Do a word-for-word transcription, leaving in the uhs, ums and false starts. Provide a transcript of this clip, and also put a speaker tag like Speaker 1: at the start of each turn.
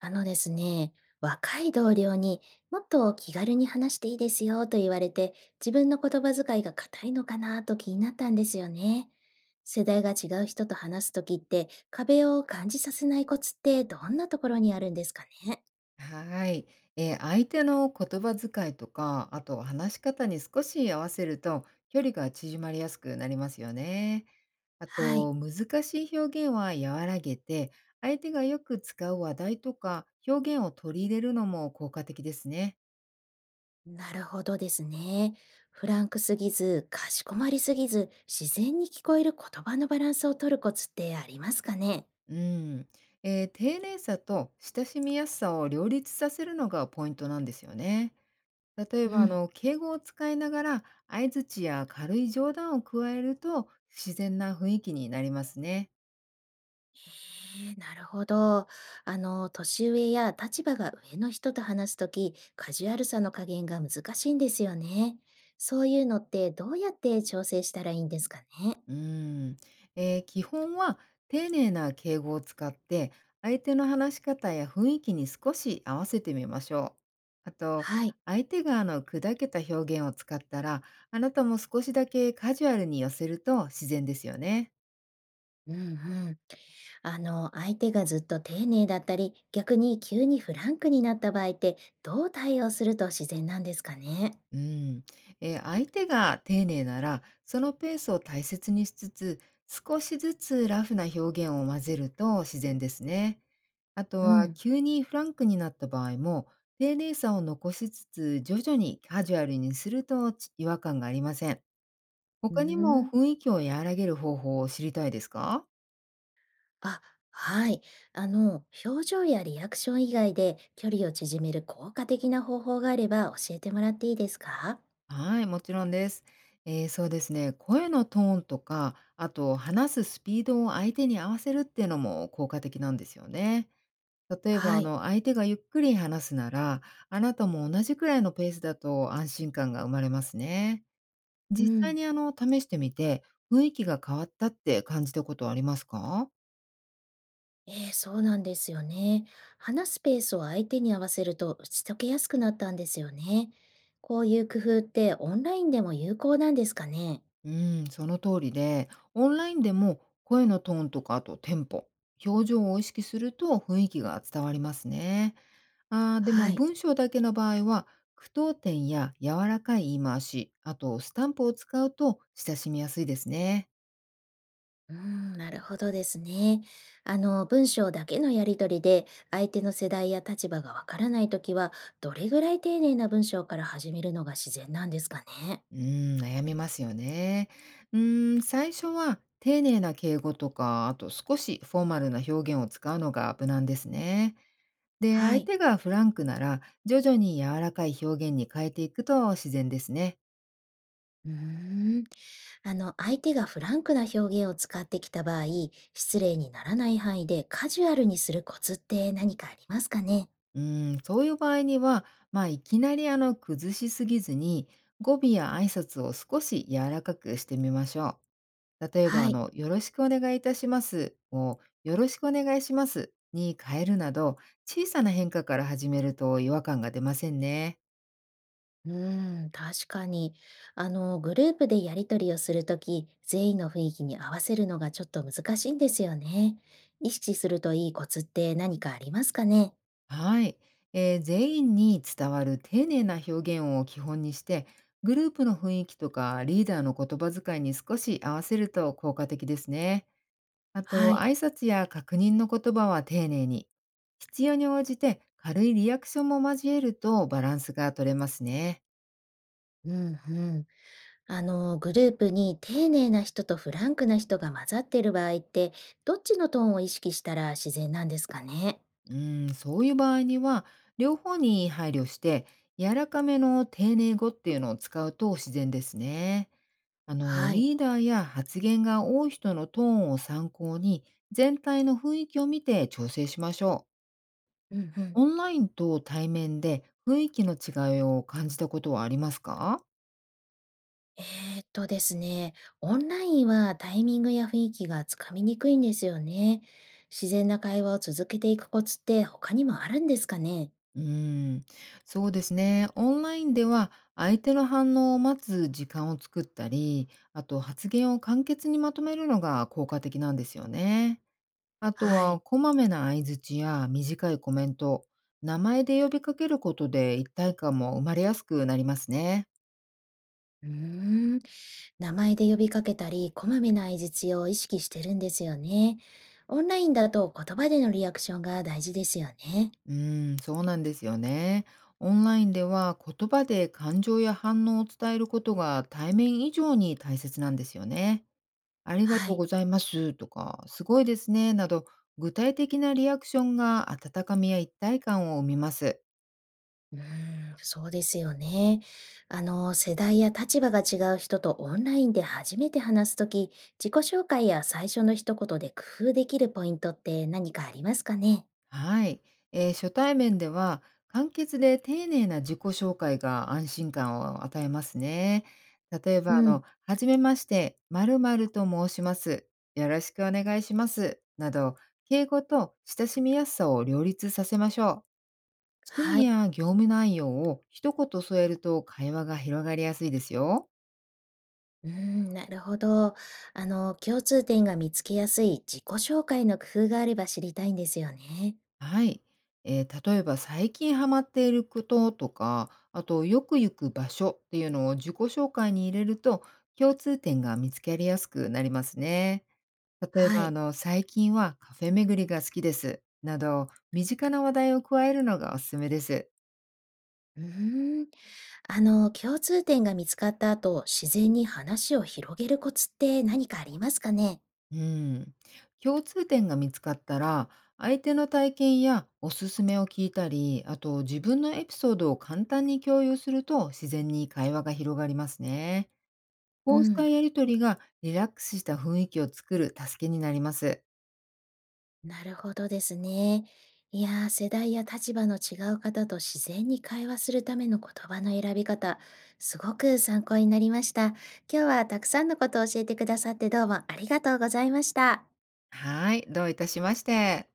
Speaker 1: あのですね、若い同僚にもっと気軽に話していいですよと言われて、自分の言葉遣いが硬いのかなと気になったんですよね。世代が違う人と話すときって、壁を感じさせないコツってどんなところにあるんですかね？
Speaker 2: はい。えー相手の言葉遣いとか、あと話し方に少し合わせると、距離が縮まりやすくなりますよね。あ
Speaker 1: はい。
Speaker 2: と、難しい表現は和らげて、相手がよく使う話題とか表現を取り入れるのも効果的ですね。
Speaker 1: なるほどですね。フランクすぎず、かしこまりすぎず、自然に聞こえる言葉のバランスを取るコツってありますかね？
Speaker 2: うん。えー丁寧さと親しみやすさを両立させるのがポイントなんですよね。例え
Speaker 1: う
Speaker 2: ばあ
Speaker 1: ん、
Speaker 2: の敬語を使いながら相槌や軽い冗談を加えると自然な雰囲気になりますね。
Speaker 1: へえ、なるほど。あの、年上や立場が上の人と話すとき、カジュアルさの加減が難しいんですよね。そういうのってどうやって調整したらいいんですかね。
Speaker 2: うん、えー基本は丁寧な敬語を使って相手の話し方や雰囲気に少し合わせてみましょう。あと
Speaker 1: はい。
Speaker 2: 相手があの砕けた表現を使ったらあなたも少しだけカジュアルに寄せると自然ですよね。
Speaker 1: うん、うん。あの、相手がずっと丁寧だったり、逆に急にフランクになった場合って、どう対応すると自然なんですかね。
Speaker 2: うん、えー相手が丁寧なら、そのペースを大切にしつつ、少しずつラフな表現を混ぜると自然ですね。あと
Speaker 1: う
Speaker 2: は、
Speaker 1: ん。
Speaker 2: 急にフランクになった場合も、丁寧さを残しつつ、徐々にカジュアルにするとち違和感がありません。
Speaker 1: う
Speaker 2: 他にも
Speaker 1: ん。
Speaker 2: 雰囲気を和らげる方法を知りたいですか？
Speaker 1: あ、はい。あの、表情やリアクション以外で距離を縮める効果的な方法があれば教えてもらっていいですか？
Speaker 2: はい、もちろんです。えーそうですね。声のトーンとか、あと話すスピードを相手に合わせるっていうのも効果的なんですよね。例えば、
Speaker 1: は
Speaker 2: あ
Speaker 1: い。
Speaker 2: の、相手がゆっくり話すなら、あなたも同じくらいのペースだと安心感が生まれますね。
Speaker 1: う
Speaker 2: 実際
Speaker 1: ん。
Speaker 2: にあの、試してみて、雰囲気が変わったって感じたことはありますか？
Speaker 1: ええ、そうなんですよね。話すスペースを相手に合わせると打ち解けやすくなったんですよね。こういう工夫ってオンラインでも有効なんですかね？
Speaker 2: うん、その通りで、オンラインでも声のトーンとか、あとテンポ、表情を意識すると雰囲気が伝わりますね。あーで
Speaker 1: は
Speaker 2: も
Speaker 1: い。
Speaker 2: 文章だけの場合は、句読点や柔らかい言い回し、あとスタンプを使うと親しみやすいですね。
Speaker 1: うーん、なるほどですね。あの、文章だけのやり取りで、相手の世代や立場がわからないときは、どれぐらい丁寧な文章から始めるのが自然なんですかね。
Speaker 2: うーん、悩みますよね。うーん、最初は丁寧な敬語とか、あと少しフォーマルな表現を使うのが無難ですね。で、
Speaker 1: は
Speaker 2: 相
Speaker 1: い。
Speaker 2: 手がフランクなら、徐々に柔らかい表現に変えていくと自然ですね。
Speaker 1: うーん、あの、相手がフランクな表現を使ってきた場合、失礼にならない範囲でカジュアルにするコツって何かありますかね。
Speaker 2: うーん、そういう場合には、まあ、いきなりあの崩しすぎずに、語尾や挨拶を少し柔らかくしてみましょう。例えば、
Speaker 1: は
Speaker 2: あ
Speaker 1: い。
Speaker 2: の、よろしくお願いいたしますを、よろしくお願いしますに変えるなど、小さな変化から始めると違和感が出ませんね。
Speaker 1: うーん、確かに。あの、グループでやり取りをするとき、全員の雰囲気に合わせるのがちょっと難しいんですよね。意識するといいコツって何かありますかね？
Speaker 2: はい。えー全員に伝わる丁寧な表現を基本にして、グループの雰囲気とかリーダーの言葉遣いに少し合わせると効果的ですね。あ
Speaker 1: は
Speaker 2: と、
Speaker 1: い。
Speaker 2: 挨拶や確認の言葉は丁寧に。必要に応じて軽いリアクションも交えるとバランスが取れますね。
Speaker 1: うん、うん。あの、グループに丁寧な人とフランクな人が混ざっている場合って、どっちのトーンを意識したら自然なんですかね？
Speaker 2: うーん、そういう場合には、両方に配慮して、柔らかめの丁寧語っていうのを使うと自然ですね。あの、
Speaker 1: はい。
Speaker 2: リーダーや発言が多い人のトーンを参考に、全体の雰囲気を見て調整しましょう。
Speaker 1: うん、うん。
Speaker 2: オンラインと対面で雰囲気の違いを感じたことはありますか？
Speaker 1: えーっとですね、オンラインはタイミングや雰囲気がつかみにくいんですよね。自然な会話を続けていくコツって他にもあるんですかね？
Speaker 2: うーん、そうですね。オンラインでは相手の反応を待つ時間を作ったり、あと発言を簡潔にまとめるのが効果的なんですよね。あと
Speaker 1: は
Speaker 2: は
Speaker 1: い。
Speaker 2: こまめな相槌や短いコメント、名前で呼びかけることで一体感も生まれやすくなりますね。
Speaker 1: うーん、名前で呼びかけたり、こまめな相槌を意識してるんですよね。オンラインだと言葉でのリアクションが大事ですよね。
Speaker 2: うーん、そうなんですよね。オンラインでは言葉で感情や反応を伝えることが対面以上に大切なんですよね。ありが
Speaker 1: は
Speaker 2: とう
Speaker 1: い。
Speaker 2: ございます、とか、すごいですね、など、具体的なリアクションが温かみや一体感を生みます。
Speaker 1: うーん、そうですよね。あの、世代や立場が違う人とオンラインで初めて話すとき、自己紹介や最初の一言で工夫できるポイントって何かありますかね？
Speaker 2: はい。えー初対面では、簡潔で丁寧な自己紹介が安心感を与えますね。例え
Speaker 1: う
Speaker 2: ば、あ
Speaker 1: ん、
Speaker 2: の、はじめまして、〇〇と申します。よろしくお願いします。など、敬語と親しみやすさを両立させましょう。趣
Speaker 1: は
Speaker 2: 味
Speaker 1: い。
Speaker 2: や業務内容を一言添えると会話が広がりやすいですよ。
Speaker 1: うーん、なるほど。あの、共通点が見つけやすい自己紹介の工夫があれば知りたいんですよね。
Speaker 2: はい。えー例えば最近ハマっていることとか、あとよく行く場所っていうのを自己紹介に入れると、共通点が見つけやすくなりますね。例え
Speaker 1: は
Speaker 2: ば、あ
Speaker 1: い。
Speaker 2: の、最近はカフェ巡りが好きです。など、身近な話題を加えるのがおすすめです。
Speaker 1: うーん。あの、共通点が見つかった後、自然に話を広げるコツって何かありますかね？
Speaker 2: うん。共通点が見つかったら、相手の体験やおすすめを聞いたり、あと自分のエピソードを簡単に共有すると自然に会話が広がりますね。
Speaker 1: う
Speaker 2: こうした
Speaker 1: ん。
Speaker 2: やりとりがリラックスした雰囲気を作る助けになります。
Speaker 1: なるほどですね。いやー、世代や立場の違う方と自然に会話するための言葉の選び方、すごく参考になりました。今日はたくさんのことを教えてくださってどうもありがとうございました。
Speaker 2: はい、どういたしまして。